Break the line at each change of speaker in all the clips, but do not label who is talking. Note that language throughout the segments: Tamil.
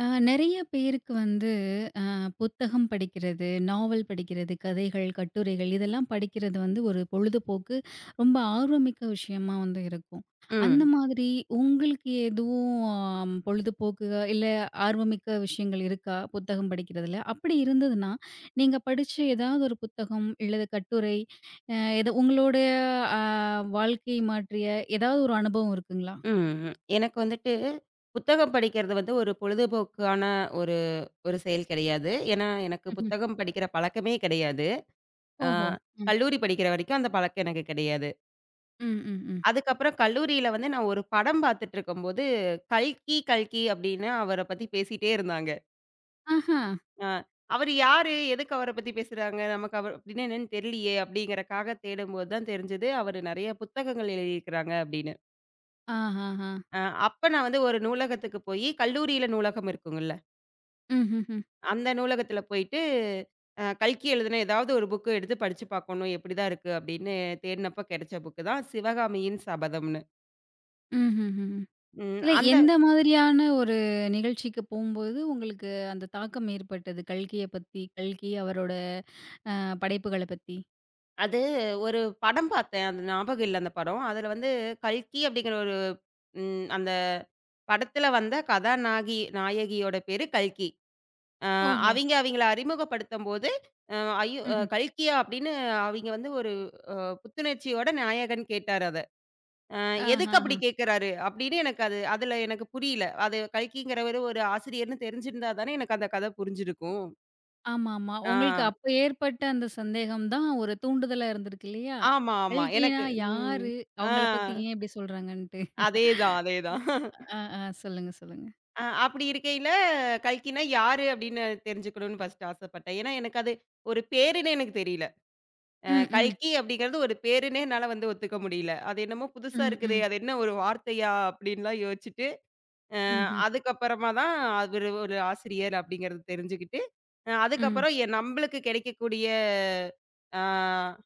அ நெறைய பேருக்கு வந்து புத்தகம் படிக்கிறது, நாவல் படிக்கிறது, கதைகள், கட்டுரைகள் இதெல்லாம் படிக்கிறது வந்து ஒரு பொழுதுபோக்கு, ரொம்ப ஆர்வமிக்க விஷயமா வந்து இருக்கும். அந்த
ம்,
மாதிரி உங்களுக்கு எதுவும் ஆம், பொழுதுபோக்கு இல்ல ஆர்வமிக்க விஷயங்கள் இருக்கா? புத்தகம் படிக்கிறதுல? அப்படி இருந்ததுன்னா, நீங்க படிச்ச ஏதாவது ஒரு புத்தகம் இல்லது கட்டுரை, எதோ உங்களுடைய அ வாழ்க்கை மாற்றிய ஏதாவது ஒரு அனுபவம் இருக்குங்களா?
ம். ம். எனக்கு வந்துட்டு புத்தகம் படிக்கிறது வந்து ஒரு பொழுதுபோக்கான ஒரு ஒரு செயல் கிடையாது. ஏன்னா, எனக்கு
ம்ஹ்ம்.
புத்தகம் படிக்கிற பழக்கமே கிடையாது. ஆ
ஓஹோ! ம்.
கல்லூரி படிக்கிற வரைக்கும் அந்த பழக்கம் எனக்கு கிடையாது.
ம், ம், ம்.
அதுக்கப்புறம் கல்லூரியில வந்து நான் ஒரு படம் பார்த்துட்டுருக்கும்போது, "கல்கி, கல்கி" அப்படின்னு அவர பத்தி பேசிட்டே இருந்தாங்க.
ஆஹா!
ஆ "அவரு யாரு? எதுக்கு அவர பத்தி பேசுறாங்க? நமக்கு அவர அப்படின்னா என்னன்னு தெரியலையே" அப்படிங்கிறக்காக தேடும்போது தான் தெரிஞ்சது, அவரு நெறைய புத்தகங்கள் எழுதியிருக்கிறாங்க அப்படின்னு.
ஆஹாஹா!
அ அப்ப நான் வந்து ஒரு நூலகத்துக்கு போயி, கல்லூரியில நூலகம் இருக்குங்கல்ல.
ம்ஹ்ஹ்ம்.
அந்த நூலகத்துல போயிட்டு, கல்கி எழுதின ஏதாவது ஒரு புக்க எடுத்து படிச்சு பார்க்கணும். எப்படிதான் இருக்கு அப்படின்னு தேடுனப்ப கிடைச்ச புக்கு தான் சிவகாமியின் சபதம்னு.
ம்ஹ்ஹ்ம்.
ம்.
இல்ல
அந்த
எந்த மாதிரியான ஒரு நிகழ்ச்சிக்கு போம்போது உங்களுக்கு அந்த தாக்கம் ஏற்பட்டது? கல்கிய பத்தி, கல்கி அவரோட படைப்புகள பத்தி?
அது ஒரு படம் பார்த்தேன். அது ஞாபகம் இல்ல அந்த படம். அதுல வந்து கல்கி அப்படிங்கிற ஒரு அந்த படத்துல வந்த கதாநாயகி நாயகியோட பேரு கல்கி. அ
ஓஹோ!
அவிங்க அவிங்கள அறிமுகப்படுத்தும்போது, அ ஐயோ
ம்ஹ்ம்.
கல்கியா அப்படின்னு அவிங்க வந்து ஒரு அ புத்துணர்ச்சியோட நாயகன் கேட்டாரு அத. அ எதுக்கு அப்படி
ஆஹஹ.
கேட்கறாரு? அப்படின்னு எனக்கு அது அதுல எனக்கு புரியல. அது கல்கிங்கிறவரு ஒரு ஆசிரியர்ன்னு தெரிஞ்சிருந்தா தானே எனக்கு அந்த கதை புரிஞ்சிருக்கும்.
ஆமாமா. உங்களுக்கு
ஆ.
அப்ப ஏற்பட்ட அந்த சந்தேகம் தான் ஒரு தூண்டுதலா இருந்திருக்கு இல்லையா?
ஆமா, ஆமா.
கல்கினா
எனக்கு ம்.
யாரு?
ஆ.
அவங்கள பத்தி ஏன் இப்படி சொல்றாங்கன்ட்டு?
அதேதான், அதேதான்.
அ, ஆ. சொல்லுங்க, சொல்லுங்க.
அப்படி இருக்கையில கல்கினா யாரு அப்படின்னு தெரிஞ்சுக்கணும்னு ஃபர்ஸ்ட்டு ஆசைப்பட்டேன். ஏன்னா எனக்கு அது ஒரு பேருன்னு எனக்கு தெரியல.
ம், ம்.
கல்கி அப்படிங்கிறது ஒரு பேருன்னே என்னால வந்து ஒத்துக்க முடியல. அது என்னமோ புதுசா
ம்,
இருக்குதே!
ம்.
அது என்ன ஒரு வார்த்தையா? அப்படின்லாம் யோசிச்சுட்டு, அ
ம்ஹ்ம்.
அதுக்கப்புறமா தான் அவரு ஒரு ஆசிரியர் அப்படிங்கிறது தெரிஞ்சுக்கிட்டு,
ம்.
அதுக்கப்புறம் நம்பளுக்கு கிடைக்கக்கூடிய அ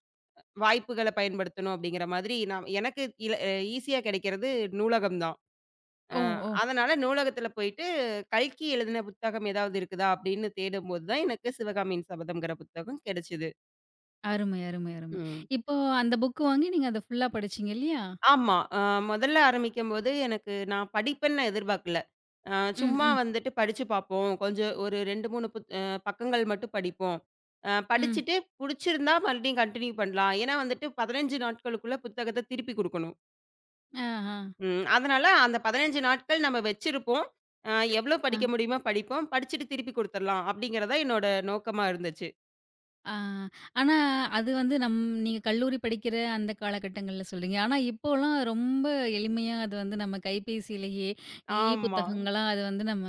வாய்ப்புகள பயன்படுத்தணும் அப்படிங்கிற மாதிரி நான் எனக்கு இல அ ஈஸியா கிடைக்கிறது நூலகம் தான்.
ஓ!
அ
ஓ!
அதனால நூலகத்தில போயிட்டு கல்கி எழுதின புத்தகம் ஏதாவது இருக்குதா? அப்படின்னு தேடும்போது தான் எனக்கு சிவகாமியின் சபதம்ங்கிற புத்தகம் கிடைச்சது.
அருமை, அருமை, அருமை.
ம்.
இப்போ அந்த புக் வாங்கி நீங்க அத ஃபுல்லா படிச்சீங்க இல்லையா?
ஆமா. முதல்ல ஆரம்பிக்கும்போது எனக்கு நான் படிப்பேன்னு நான் எதிர்பார்க்கல. அ
ம்,
சும்மா
ம்.
வந்துட்டு படிச்சு பார்ப்போம். கொஞ்சம் ஒரு 2, 3 புத் அ பக்கங்கள் மட்டும் படிப்போம்.
ம்.
படிச்சுட்டு புடிச்சிருந்தா மறுபடியும் கன்டின்யூ பண்ணலாம். ஏன்னா வந்துட்டு 15 நாட்களுக்குள்ள புத்தகத்த திருப்பி குடுக்கணும்.
ஆஹா.
ம். அதனால அந்த 15 நாட்கள் நம்ம வச்சிருப்போம். அ எவ்வளோ
ஆ.
படிக்க முடியுமோ படிப்போம். படிச்சுட்டு திருப்பி குடுத்துர்லாம். அப்படிங்கிறது தான் என்னோட நோக்கமா இருந்துச்சு.
ஆ. ஆனா, அது வந்து நம் நீங்க கல்லூரி படிக்கிற அந்த காலகட்டங்கள்ல சொல்றீங்க. ஆனா, இப்போலாம் ரொம்ப எளிமையா அது வந்து நம்ம கைபேசியிலேயே
ஆமா.
புத்தகங்களா அது வந்து நம்ம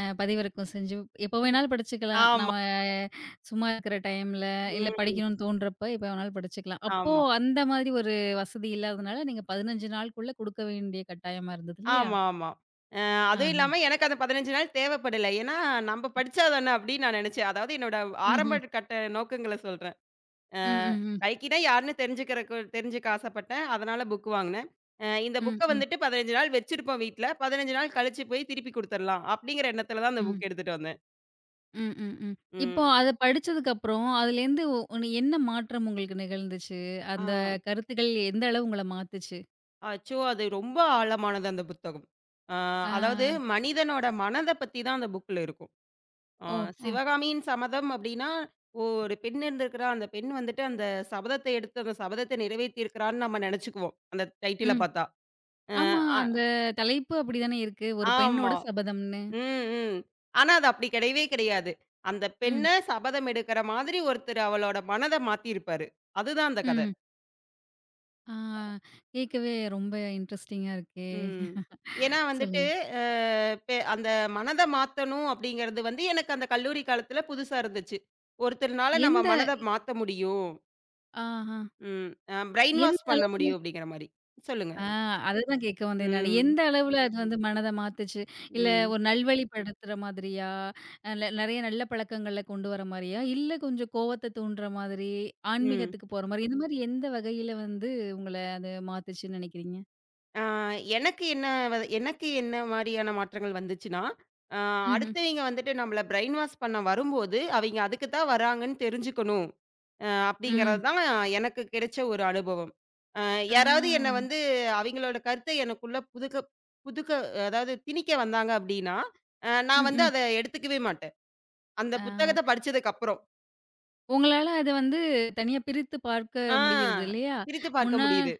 பதிவிறக்கம் செஞ்சு எப்போ
ம்.
வேணாலும் படிச்சுக்கலாம்.
ஆமா.
நம்ம சும்மா இருக்கிற டைம்ல, இல்ல
ம்.
படிக்கணும்னு தோன்றப்ப எப்போ வேணாலும் படிச்சுக்கலாம். அப்போ
ஆமா.
அந்த மாதிரி ஒரு வசதி இல்லாததுனால நீங்க 15 நாளுக்குள்ள குடுக்க வேண்டிய கட்டாயமா இருந்தது இல்லையா?
ஆமா, ஆமா. அ அதுவும்
ஆஹா.
இல்லாம எனக்கு அந்த 15 நாள் தேவைப்படல. ஏன்னா, நம்ப படிச்சா தானே அப்படின்னு நான் நினைச்சேன். அதாவது என்னோட ஆரம்ப
ம்ஹ்ம்.
கட்ட நோக்கங்கள சொல்றேன். அ
ம், ம், ம்.
கைக்கிட்ட யாருன்னு தெரிஞ்சுக்கிறக்கு தெரிஞ்சுக்க ஆசைப்பட்டேன். அதனால புக் வாங்குனேன். இந்த
ம்,
புக்க
ம்,
வந்துட்டு 15 நாள் வச்சிருப்போம் வீட்ல. 15 நாள் கழிச்சு போய் திருப்பி குடுத்துரலாம் அப்படிங்கிற எண்ணத்துல தான் அந்த
ம்.
புக் எடுத்துட்டு வந்தேன்.
ம், ம், ம். இப்போ
ம்.
அத படிச்சதுக்கப்புறம், அதுலேருந்து ஒண்ணு என்ன மாற்றம் உங்களுக்கு நிகழ்ந்துச்சு?
ஆ
அந்த கருத்துக்கள் எந்த அளவு உங்கள மாத்துச்சு?
அச்சோ! அது ரொம்ப ஆழமானது அந்த புத்தகம். அ
ஆ,
அதாவது மனிதனோட மனத பத்தி தான் அந்த புக்ல இருக்கும். ஆ
ஓ! ஓ!
சிவகாமியின் சபதம் அப்டின்னா, ஒரு பெண் இருந்திருக்கிறா, அந்த பெண் வந்துட்டு அந்த சபதத்தை எடுத்து அந்த சபதத்தை நிறைவேத்தியிருக்கிறான்னு நம்ம நெனச்சுக்குவோம். அந்த டைட்டில
ம்.
பாத்தா. அ
ஆமா,
அ
அந்த தலைப்பு அப்படிதானே இருக்கு. ஒரு பெண்ணோட
ஆமா.
சபதம்னு.
ம், ம். ஆனா அது அப்டி கெடையவே கெடையாது. அந்த பெண்ண
ம்,
சபதம் எடுக்கிற மாதிரி ஒருத்தர் அவளோட மனத மாத்தியிருப்பாரு. அதுதான் அந்த கத.
ம். ஆ, கேட்கவே ரொம்ப இன்ட்ரஸ்டிங்கா இருக்கே!
ம். ஏன்னா வந்துட்டு,
சொல்லுங்க.
அ பெ அந்த மனத மாத்தணும் அப்டிங்கிறது வந்து எனக்கு அந்த கல்லூரி காலத்துல புதுசா இருந்துச்சு. ஒருத்தர்னால நம்ம
எந்த
மனத மாத்த முடியும்.
ஆஹ.
ம். பிரெயின் வாஷ்
எந்த
பண்ண முடியும் அப்படிங்கிற மாரி. சொல்லுங்க.
ஆ அததான் கேட்க வந்தேன் நானு.
ம்.
எந்த அளவுல அது ம். வந்து மனத மாத்துச்சு? இல்ல
ம்.
ஒரு நல்வழிப்படுத்துற மாதிரியா? அ நெறைய நல்ல பழக்கங்கள்ல கொண்டு வர மாரியா? இல்ல கொஞ்சம் கோவத்த தூண்டுற மாதிரி,
ம்.
ஆன்மீகத்துக்கு போற மாரி, இந்த மாரி எந்த வகையில வந்து உங்கள அது மாத்துச்சுன்னு நெனைக்கிறீங்க?
ஆ எனக்கு என்ன வ எனக்கு என்ன மாரியான மாற்றங்கள் வந்துச்சுன்னா, அ
ம்ஹ்ம்.
அடுத்தவைங்க வந்துட்டு நம்மள பிரெயின் வாஷ் பண்ண வரும்போது, அவைங்க அதுக்கு தான் வராங்கன்னு தெரிஞ்சுக்கணும்.
ம்.
அப்படிங்கிறது தான் எனக்கு கிடைச்ச ஒரு அனுபவம். அ
ஆ.
யாராவது என்ன வந்து அவைங்களோட கருத்தை எனக்குள்ள புதுக்க புதுக்க அதாவது திணிக்க வந்தாங்க அப்படின்னா, நான்
ம்,
வந்து
ம்.
அத எடுத்துக்கவே மாட்டேன். அந்த
ஆ.
புத்தகத்த படிச்சதுக்கு அப்புறம்.
உங்களால அத வந்து தனியா பிரித்து பார்க்க
ஆ.
முடியுறது இல்லையா?
பிரித்து பார்க்க
முன்னா
முடியுது.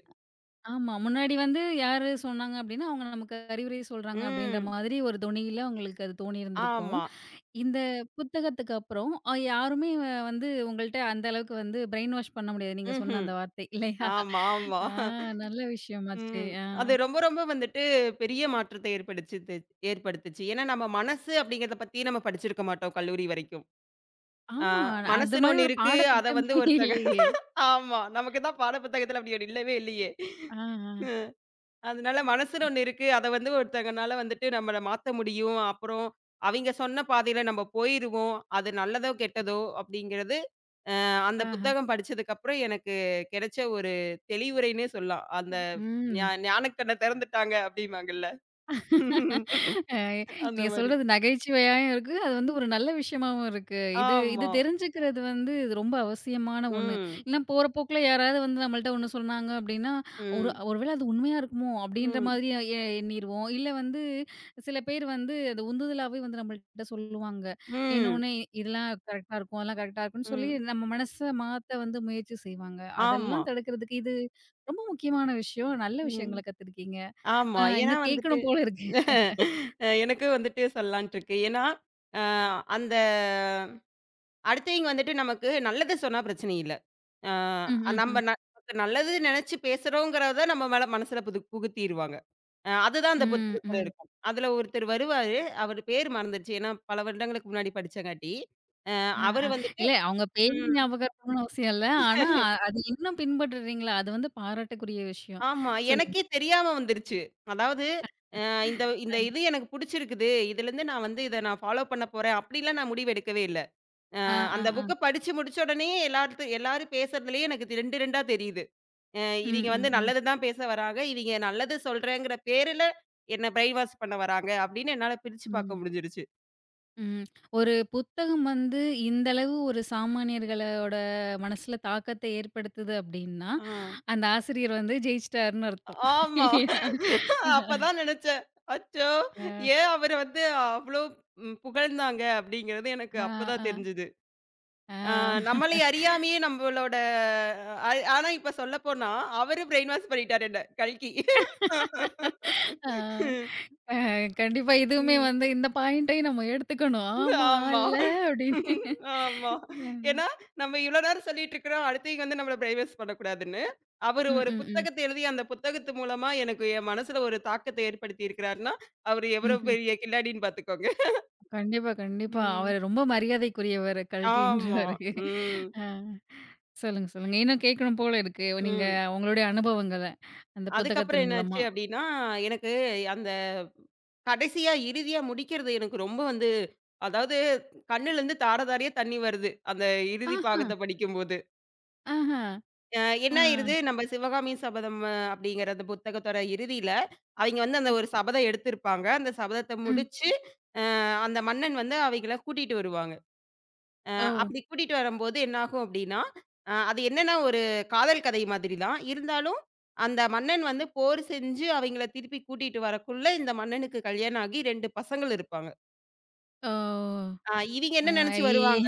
ஆமா. முன்னாடி வந்து யாரு சொன்னாங்க அப்டின்னா, அவங்க நமக்கு அறிவுரை சொல்றாங்க அப்டின்ற
ம்.
மாதிரி ஒரு தொனியில உங்களுக்கு அது தோணியிருந்திருக்கும்.
ஆமா.
இந்த புத்தகத்துக்கு அப்புறம் அ யாருமே வந்து உங்கள்ட்ட அந்த அளவுக்கு வந்து பிரெயின் வாஷ் பண்ண முடியாது. நீங்க சொன்ன
ம்ஹ்ம்.
அந்த வார்த்தை இல்லையா?
ஆமா, ஆமா.
ஆ நல்ல விஷயமாச்சே!
ம்.
ஆ.
அது ரொம்ப, ரொம்ப வந்துட்டு பெரிய மாற்றத்த ஏற்படுத்துச்சு. ஏன்னா, நம்ம மனசு அப்படிங்கிறத பத்தி நம்ம படிச்சிருக்க மாட்டோம் கல்லூரி வரைக்கும். ஆ
ஆமா. அந்த
மனசுன்னு
மாரி
ஒண்ணு
ஒரு
இருக்கு. அத வந்து
பாடத்திட்டமே
ஒருத்தங்க
இல்லையே!
ஆமா. நமக்கு தான் பாட புத்தகத்துல அப்படி ஒண்ணு இல்லவே இல்லையே.
ஆ, ஆ.
அதனால மனசுன்னு ஒண்ணு இருக்கு. அத வந்து ஒருத்தங்கனால வந்துட்டு நம்மள மாத்த முடியும். அப்புறம் அவிங்க சொன்ன பாதையில நம்ம போயிருவோம். அது நல்லதோ, கெட்டதோ அப்படிங்கிறது அந்த
ஆஹ.
புத்தகம் படிச்சதுக்கப்புறம் எனக்கு கிடைச்ச ஒரு தெளிவுரைன்னே சொல்லலாம். அந்த
ம்.
ஞானக்கண்ண திறந்துட்டாங்க அப்டிம்பாங்கல்ல.
அ
அந்த
நீங்க
மாரி.
சொல்றது நகைச்சுவையாவும் இருக்கு. அது வந்து ஒரு நல்ல விஷயமாவும் இருக்கு. இது இது
ஆமா.
தெரிஞ்சுக்கிறது வந்து இது ரொம்ப அவசியமான ஒண்ணு.
ம்.
இல்ல போற போக்குல யாராவது வந்து நம்மள்ட்ட ஒண்ணு சொன்னாங்க அப்டின்னா, ஒரு
ம்.
ஒரு வேள அது உண்மையா இருக்குமோ? அப்டின்ற
ம்.
மாதிரி எ எ- எண்ணிருவோம். இல்ல வந்து சில பேர் வந்து அது உந்துதலாவே வந்து நம்மள்ட்ட சொல்லுவாங்க.
ம்.
இன்னொன்னு இதெல்லாம் கரெக்ட்டா இருக்கும், அதெல்லாம் கரெக்ட்டா இருக்கும்ன்னு சொல்லி
ம்.
நம்ம மனச மாத்த வந்து முயற்சி செய்வாங்க.
ஆமா.
அதெல்லாம் தடுக்கிறதுக்கு இது ரொம்ப முக்கியமான விஷயம். நல்ல விஷயங்கள
ம்.
கத்துருக்கீங்க.
ஆமா. ஏன்னா
இன்னும்
வந்துட்டு
கேட்கணும் போல இருக்கு.
எனக்கும் வந்துட்டு சொல்லலான்ட்டு இருக்கு. ஏன்னா, அ அந்த அடுத்தவங்க வந்துட்டு நமக்கு நல்லது சொன்னா பிரச்சனை இல்ல. ஆ
ம், ம்,
நம்ம
ம்.
ந நமக்கு நல்லது நெனச்சு பேசுறோங்கிறத நம்ம மேல மனசுல புது புகுத்திருவாங்க. அதுதான் அந்த
ம்,
புத்தகத்துல
ம்.
இருக்கும். அதுல ஒருத்தர் வருவாரு. அவரு பேர் மறந்துருச்சு. ஏன்னா பல வருடங்களுக்கு முன்னாடி படிச்சங்காட்டி. அ
ஆ, ஆ.
அவரு வந்துட்டு
இல்ல அவங்க பேரு
ம்.
ஞாபகம் இருக்கணும்னு அவசியம் இல்ல. ஆனா, அது இன்னும் பின்பற்றுறீங்களா? அது வந்து பாராட்டக்குரிய விஷயம்.
ஆமா.
சொல்லுங்க.
எனக்கே தெரியாம வந்துருச்சு. அதாவது அ இந்த இந்த இது எனக்கு புடிச்சிருக்குது. இதுலருந்து நான் வந்து இத நான் ஃபாலோ பண்ண போறேன். அப்படிலாம் நான் முடிவு எடுக்கவே இல்ல.
ஆ, ஆ,
அந்த
ஆ.
புக்க படிச்சு முடிச்ச உடனேயே எல்லாரும் பேசுறதுலயே எனக்கு 2, 2 தெரியுது. அ
ம்,
இவிங்க வந்து
ம், ம்,
நல்லது தான் பேச வராங்க. இவிங்க நல்லது சொல்றேங்கிற பேருல என்ன பிரைன் வாஷ் பண்ண வராங்க அப்படின்னு என்னால பிரிச்சு பார்க்க
ம்,
முடிஞ்சிருச்சு.
ம். ஒரு புத்தகம் வந்து இந்த அளவு ஒரு சாமானியர்களோட மனசுல தாக்கத்த ஏற்படுத்துது அப்டின்னா,
ஆ.
அந்த ஆசிரியர் வந்து ஜெயிச்சிட்டாருன்னு அர்த்தம்.
ஆமா.
இல்லையா?
அப்பதான் நினைச்சேன். அச்சோ!
அ,
ஏன் அவர வந்து அவ்ளோ புகழ்ந்தாங்க அப்படிங்கிறது எனக்கு
ஆ, ஆ,
அப்பதான் தெரிஞ்சது. ஆ
ஆ.
நம்மளை அறியாமயே நம்மளோட ஆனா இப்ப சொல்லப்போனா அவரு பிரைன் வாஷ் பண்ணிட்டாரு என்ன, கல்கி.
ஆ, அ கண்டிப்பா இதுவுமே
ம்.
வந்து இந்த பாயிண்ட்டையும் நம்ம எடுத்துக்கணும். ஆமா,
ஆமா.
இல்ல அப்டின்னு.
ஆமா. ஏன்னா, நம்ம இவ்ளோ நேரம் சொல்லிட்டு இருக்கிறோம், அடுத்தவங்க வந்து நம்மள பிரைவஸ் பண்ணக்கூடாதுன்னு. அவரு
ம்,
ஒரு
ம், ம்.
புத்தகத்த எழுதி, அந்த புத்தகத்து மூலமா எனக்கு என் மனசுல ஒரு தாக்கத்த ஏற்படுத்தி இருக்கிறாருன்னா, அவரு எவ்வளோ
ம்ஹ்ம்.
பெரிய கில்லாடின்னு பார்த்துக்கோங்க.
கண்டிப்பா, கண்டிப்பா.
ம்.
அவரு ரொம்ப மரியாதைக்குரியவரு
ஆமா.
கல்கின்றவரு.
ம்.
ஆ. சொல்லுங்க, சொல்லுங்க. இன்னும் கேட்கணும் போல இருக்கு. நீங்க
ம்.
உங்களுடைய அனுபவங்கள, அந்த
அதுக்கப்புறம்
புத்தகத்தின் மூலமா.
என்னாச்சு அப்டின்னா, எனக்கு அந்த கடைசியா இறுதியா முடிக்கிறது எனக்கு ரொம்ப வந்து அதாவது கண்ணுலருந்து தார தாரயா தண்ணி வருது. அந்த இறுதி
ஆஹா,
பாகத்த படிக்கும்போது.
ஆஹா,
அ என்ன
ஆ.
ஆயிருது, நம்ம சிவகாமி சபதம் அப்படிங்கிற அந்த புத்தகத்தோட இறுதியில, அவிங்க வந்து அந்த
ம்,
ஒரு சபதம் எடுத்திருப்பாங்க. அந்த சபதத்த
ம்.
முடிச்சு, அ அந்த மன்னன் வந்து அவைங்கள கூட்டிட்டு வருவாங்க. அ
ஓ!
அப்படி கூட்டிட்டு வரம்போது என்னாகும் அப்படின்னா, அது என்னன்னா ஒரு காதல் கதை மாதிரி தான். இருந்தாலும், அந்த மன்னன் வந்து போர் செஞ்சு அவைங்கள திருப்பி கூட்டிட்டு வரக்குள்ள, இந்த மன்னனுக்கு கல்யாணம் ஆகி 2 பசங்கள் இருப்பாங்க.
ஓ!
அ இவிங்க
ஆ
என்ன நெனச்சு
இ
வருவாங்க?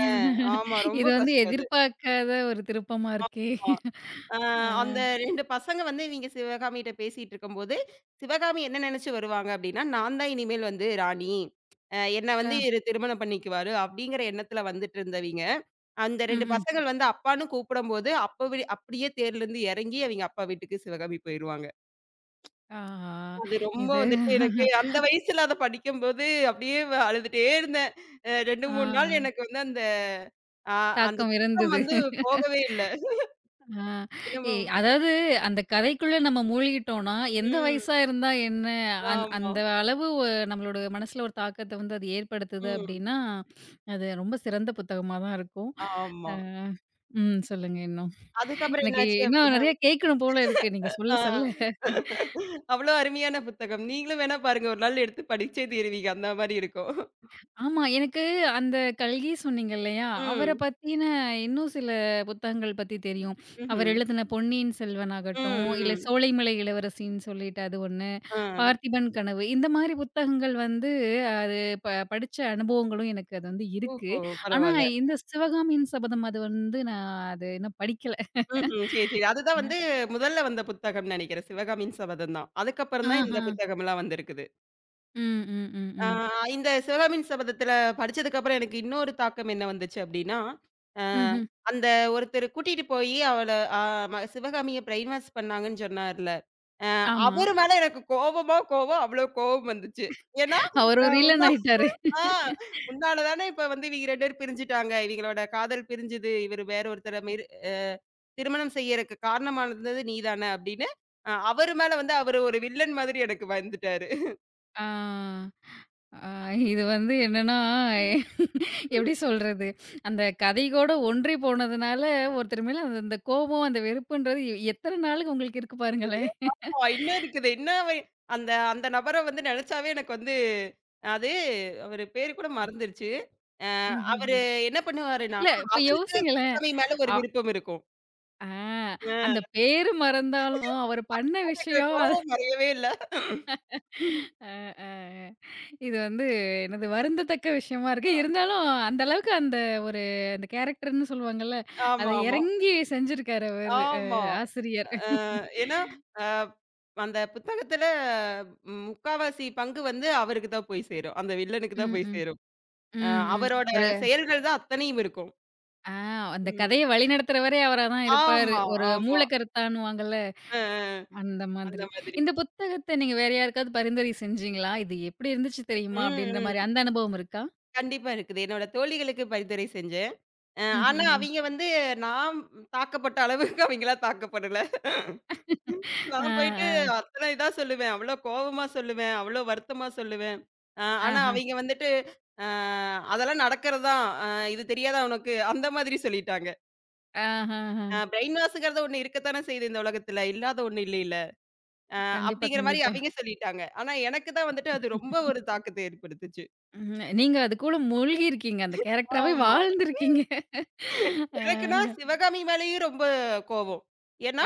ஆமா,
இது
ரொம்ப
வந்து
கஷ்டம் அது.
எதிர்பார்க்காத ஒரு திருப்பமா இருக்கே!
ஆ
ஆ,
அந்த 2 பசங்க வந்து இவிங்க சிவகாமிட்ட பேசிட்டு இருக்கும்போது, சிவகாமி என்ன நெனச்சு வருவாங்க அப்டின்னா, நான் தான் இனிமேல் வந்து ராணி. என்ன
ஆ.
வந்து இவரு திருமணம் பண்ணிக்குவாரு அப்டிங்கிற எண்ணத்துல வந்துட்டுருந்தவிங்க, அந்த
ம்,
2
ம்.
பசங்கள் வந்து அப்பான்னு கூப்பிடும்போது, அப்பவே அப்டியே தேர்லருந்து எறங்கி அவிங்க அப்பா வீட்டுக்கு சிவகாமி போயிருவாங்க.
ஆஹா!
அது ரொம்ப
இது
வந்துட்டு எனக்கு அந்த வயசுல அத படிக்கும்போது அப்டியே அழுதுட்டே இருந்தேன். 2,
ஆ,
3 நாள்
ஆ.
எனக்கு வந்து அ அந்த
தாக்கம்
துக்கம்
இருந்தது.
வந்து போகவே இல்ல.
ஆ, ஏ
என்னமோ
அதாவது அந்த கதைக்குள்ள நம்ம மூழ்கிட்டோம்னா, எந்த
ம்.
வயசா இருந்தா என்ன?
ஆமா.
அந்த அளவு ஒ நம்மளோட மனசுல ஒரு தாக்கத்த வந்து அது ஏற்படுத்துது
ம்.
அப்டின்னா, அது ரொம்ப சிறந்த புத்தகமா தான் இருக்கும். ஆ
ஆமா.
ம் சொல்லுங்க இன்னும்.
அதுக்கப்புறம்
எனக்கு
என்னாச்சு
இன்னும்
அப்டின்னா
நெறைய கேட்கணும் போல இருக்கு. நீங்க சொல்ல சொல்ல.
ஆ அவ்ளோ அருமையான புத்தகம். நீங்களும் வேணா பாருங்க. ஒரு நாள் எடுத்து படிச்சே தீருவீங்க. அந்த மாரி இருக்கும்.
ஆமா. எனக்கு அந்த கல்கி சொன்னீங்க இல்லையா? அவர
ம்.
பத்தின இன்னும் சில புத்தகங்கள் பத்தி தெரியும். அவர்
ம்ஹ்ம்.
எழுதின பொன்னியின் செல்வன்
ம்,
ஆகட்டும், இல்ல
ம்.
சோலைமலை இளவரசின்னு சொல்லிட்டு அது ஒண்ணு.
ஆ.
பார்த்திபன் கனவு. இந்த மாரி புத்தகங்கள் வந்து அது படிச்ச அனுபவங்களும் எனக்கு அது வந்து இருக்கு.
ஓஹோ!
ஆனா
பரவால்ல.
இந்த சிவகாமியின் சபதம் அது வந்து நான் அது இன்னும் படிக்கல.
ம்ஹ்ம். சரி, சரி. அதுதான் வந்து முதல்ல வந்த புத்தகம்னு நெனைக்கிறேன். சிவகாமியின் சபதம் தான். அதுக்கப்புறம் தான்
ஆஹா.
இந்த புத்தகம்லாம் வந்திருக்குது.
ம், ம், ம்,
ஆ
ம்.
இந்த சிவகாமியின் சபதத்தில படிச்சதுக்கப்புறம் எனக்கு இன்னொரு தாக்கம் என்ன வந்துச்சு அப்டின்னா, அ
ம்ஹ்ம்.
அந்த ஒருத்தர் கூட்டிட்டு போயி அவள அ ம சிவகாமிய பிரைன் வாஷ் பண்ணாங்கன்னு சொன்னார்ல. அ
ஆமா.
அவரு மேல எனக்கு கோவமா கோவம், அவ்ளோ கோவம் வந்துச்சு. ஏன்னா,
அவரு
அ
ஒரு வில்லன்
உன்னா
ஆயிட்டாரு.
ஆ உன்னால தானே இப்ப வந்து இவங்க 2 பேரும் பிரிஞ்சுட்டாங்க. இவங்களோட காதல் பிரிஞ்சுது. இவரு வேற ஒருத்தர மேரி அ திருமணம் செய்யறக்கு காரணமானது நீ தானே அப்படின்னு, அவரு மேல வந்து அவரு ஒரு வில்லன் மாதிரி எனக்கு வந்துட்டாரு.
ஆ. ஆ இது வந்து என்னன்னா, எப்படி சொல்றது? அந்த கதை கூட ஒன்றி போனதுனால ஒருத்தர் மேல அந்த அந்த கோபம், அந்த வெறுப்புன்றது எத்தன நாளுக்கு உங்களுக்கு இருக்கு பாருங்களேன்.
இன்னும் இருக்குது. இன்னும் அவ அந்த அந்த நபர வந்து நெனச்சாவே எனக்கு வந்து அது அவரு பேரு கூட மறந்துருச்சு. அ
ம்ஹ்ம்.
அவரு என்ன பண்ணுவாருன்னா,
இல்ல இப்ப
அவருக்கு
யோசிங்களேன்.
சிவகாமி மேல ஒரு விருப்பம் இருக்கும்.
ஆ,
அ
அந்த பேரு மறந்தாலும், அவரு பண்ண
எனக்கு
விஷயம் அது
கோவம் மறையவே இல்ல. அ
அ, அ இது வந்து என்னது வருந்தத்தக்க விஷயமா இருக்கு. இருந்தாலும் அந்த அளவுக்கு அந்த ஒரு அந்த கேரக்டர்ன்னு சொல்லுவாங்கல்ல, அத
ஆமா, ஆமா,
எறங்கி செஞ்சிருக்காரு அவரு
ஆமா.
ஆசிரியர்.
அ ஏன்னா, அ அந்த புத்தகத்துல ம், முக்காவாசி பங்கு வந்து அவருக்கு தான் போய் சேரும். அந்த வில்லனுக்கு தான்
ம்,
போய்
ம்.
சேரும். அ
ம், ம்.
அவரோட
ஒரு
செயல்கள் தான் அத்தனையும் இருக்கும்.
ஆ அந்த
ம்.
கதைய வழிநடத்துறவரே அவரா தான் இருப்பாரு.
ஆமா,
ஒரு
ஆமா.
மூலக்கருத்தான்னுவாங்கல்ல,
அ, அ.
அந்த
அந்த
மாதிரி.
மாதிரி.
இந்த புத்தகத்த நீங்க வேற யாருக்காவது பரிந்துரை செஞ்சீங்களா? "இது எப்டி இருந்துச்சு தெரியுமா?"
ம்,
அப்டின்ற மாரி
ம்.
அந்த அனுபவம் இருக்கா?
கண்டிப்பா இருக்குது. என்னோட தோழிகளுக்கு பரிந்துரை செஞ்சேன். ஆனா,
ம்ஹ்ஹ்ம்.
அவிங்க வந்து நான் தாக்கப்பட்ட அளவுக்கு அவிங்கலாம் தாக்கப்படல.
ஆ,
நான் போயிட்டு
ஆ.
அத்தன இதா சொல்லுவேன். அவ்ளோ கோவமா சொல்லுவேன். அவ்ளோ வருத்தமா சொல்லுவேன். ஆனா
ஆஹ.
அவைங்க வந்துட்டு, அ அதெல்லாம் நடக்கிறது தான். இது தெரியாதா உனக்கு? அந்த மாதிரி சொல்லிட்டாங்க.
ஆஹஹ.
பிரெயின் வாஷ்ங்கிறது ஒண்ணு இருக்கத்தானே செய்யுது இந்த உலகத்துல. இல்லாத ஒண்ணு இல்லைல. அ
கண்டிப்பா,
அப்படிங்கிற மாரி
கண்டிப்பா.
அவைங்க சொல்லிட்டாங்க. ஆனா எனக்கு தான் வந்துட்டு அது ரொம்ப ஒரு தாக்கத்த ஏற்படுத்துச்சு.
ம். நீங்க அதுக்குள்ள மூழ்கி இருக்கீங்க. அந்த கேரக்டராவே
ஆமா.
வாழ்ந்திருக்கீங்க.
எனக்குன்னா
அ,
சிவகாமி மேலயும் ரொம்ப கோவம்.
அ,
ஏன்னா,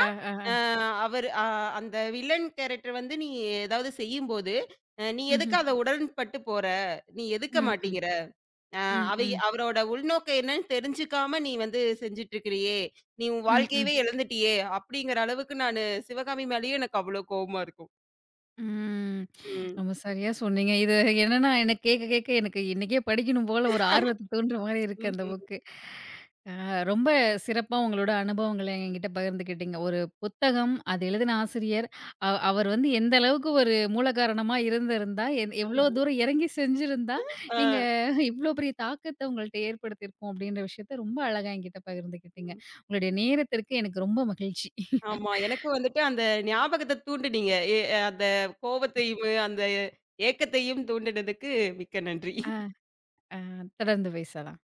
அ
அ.
அவரு அந்த வில்லன் கேரக்டர் வந்து நீ ஏதாவது செய்யும்போது, "நீ எதுக்கு
ம்ஹ்ம்.
அத உடன்பட்டு போற? நீ எதுக்க
ம், ம்.
மாட்டேங்கிற? அ
ம்,
அவை
ம்.
அவரோட உள்நோக்கம் என்னன்னு தெரிஞ்சுக்காம நீ வந்து செஞ்சுட்டு இருக்கிறியே! நீ உன்
ம், ம்.
வாழ்க்கையவே இழந்துட்டியே!" அப்படிங்கிற அளவுக்கு நானு சிவகாமி மேலயும் எனக்கு அவ்வளோ கோவமா இருக்கும்.
ம்.
ம்.
ரொம்ப சரியா சொன்னீங்க. இது என்னன்னா, எனக்கு கேட்க, கேட்க எனக்கு இன்னைக்கே படிக்கணும் போல ஒரு ஆர்வத்த தூண்டுற மாரி இருக்கு அந்த
ம்ஹ்ம்.
புக்கு. ரொம்ப சிறப்பா உங்களோட அனுபவங்கள என்கிட்ட பகிர்ந்துக்கிட்டீங்க. ஒரு புத்தகம், அது எழுதின ஆசிரியர், அவர் வந்து எந்த அளவுக்கு ஒரு மூலகாரணமா இருந்திருந்தா, எவ்ளோ
ம்.
தூரம் இறங்கி செஞ்சிருந்தா,
ஆ.
நீங்க இவ்ளோ பெரிய தாக்கத்த உங்கள்ட்ட ஏற்படுத்தியிருக்கும் அப்படின்ற விஷயத்த ரொம்ப அழகா என்கிட்ட பகிர்ந்துக்கிட்டீங்க. உங்களுடைய நேரத்திற்கு எனக்கு ரொம்ப மகிழ்ச்சி.
ஆமா. எனக்கும் வந்துட்டு அந்த ஞாபகத்த தூண்டுனீங்க. அந்த கோவத்தையும், அந்த ஏக்கத்தையும் தூண்டினதுக்கு மிக்க நன்றி.
ஆ, ஆ தொடர்ந்து பேசலாம்.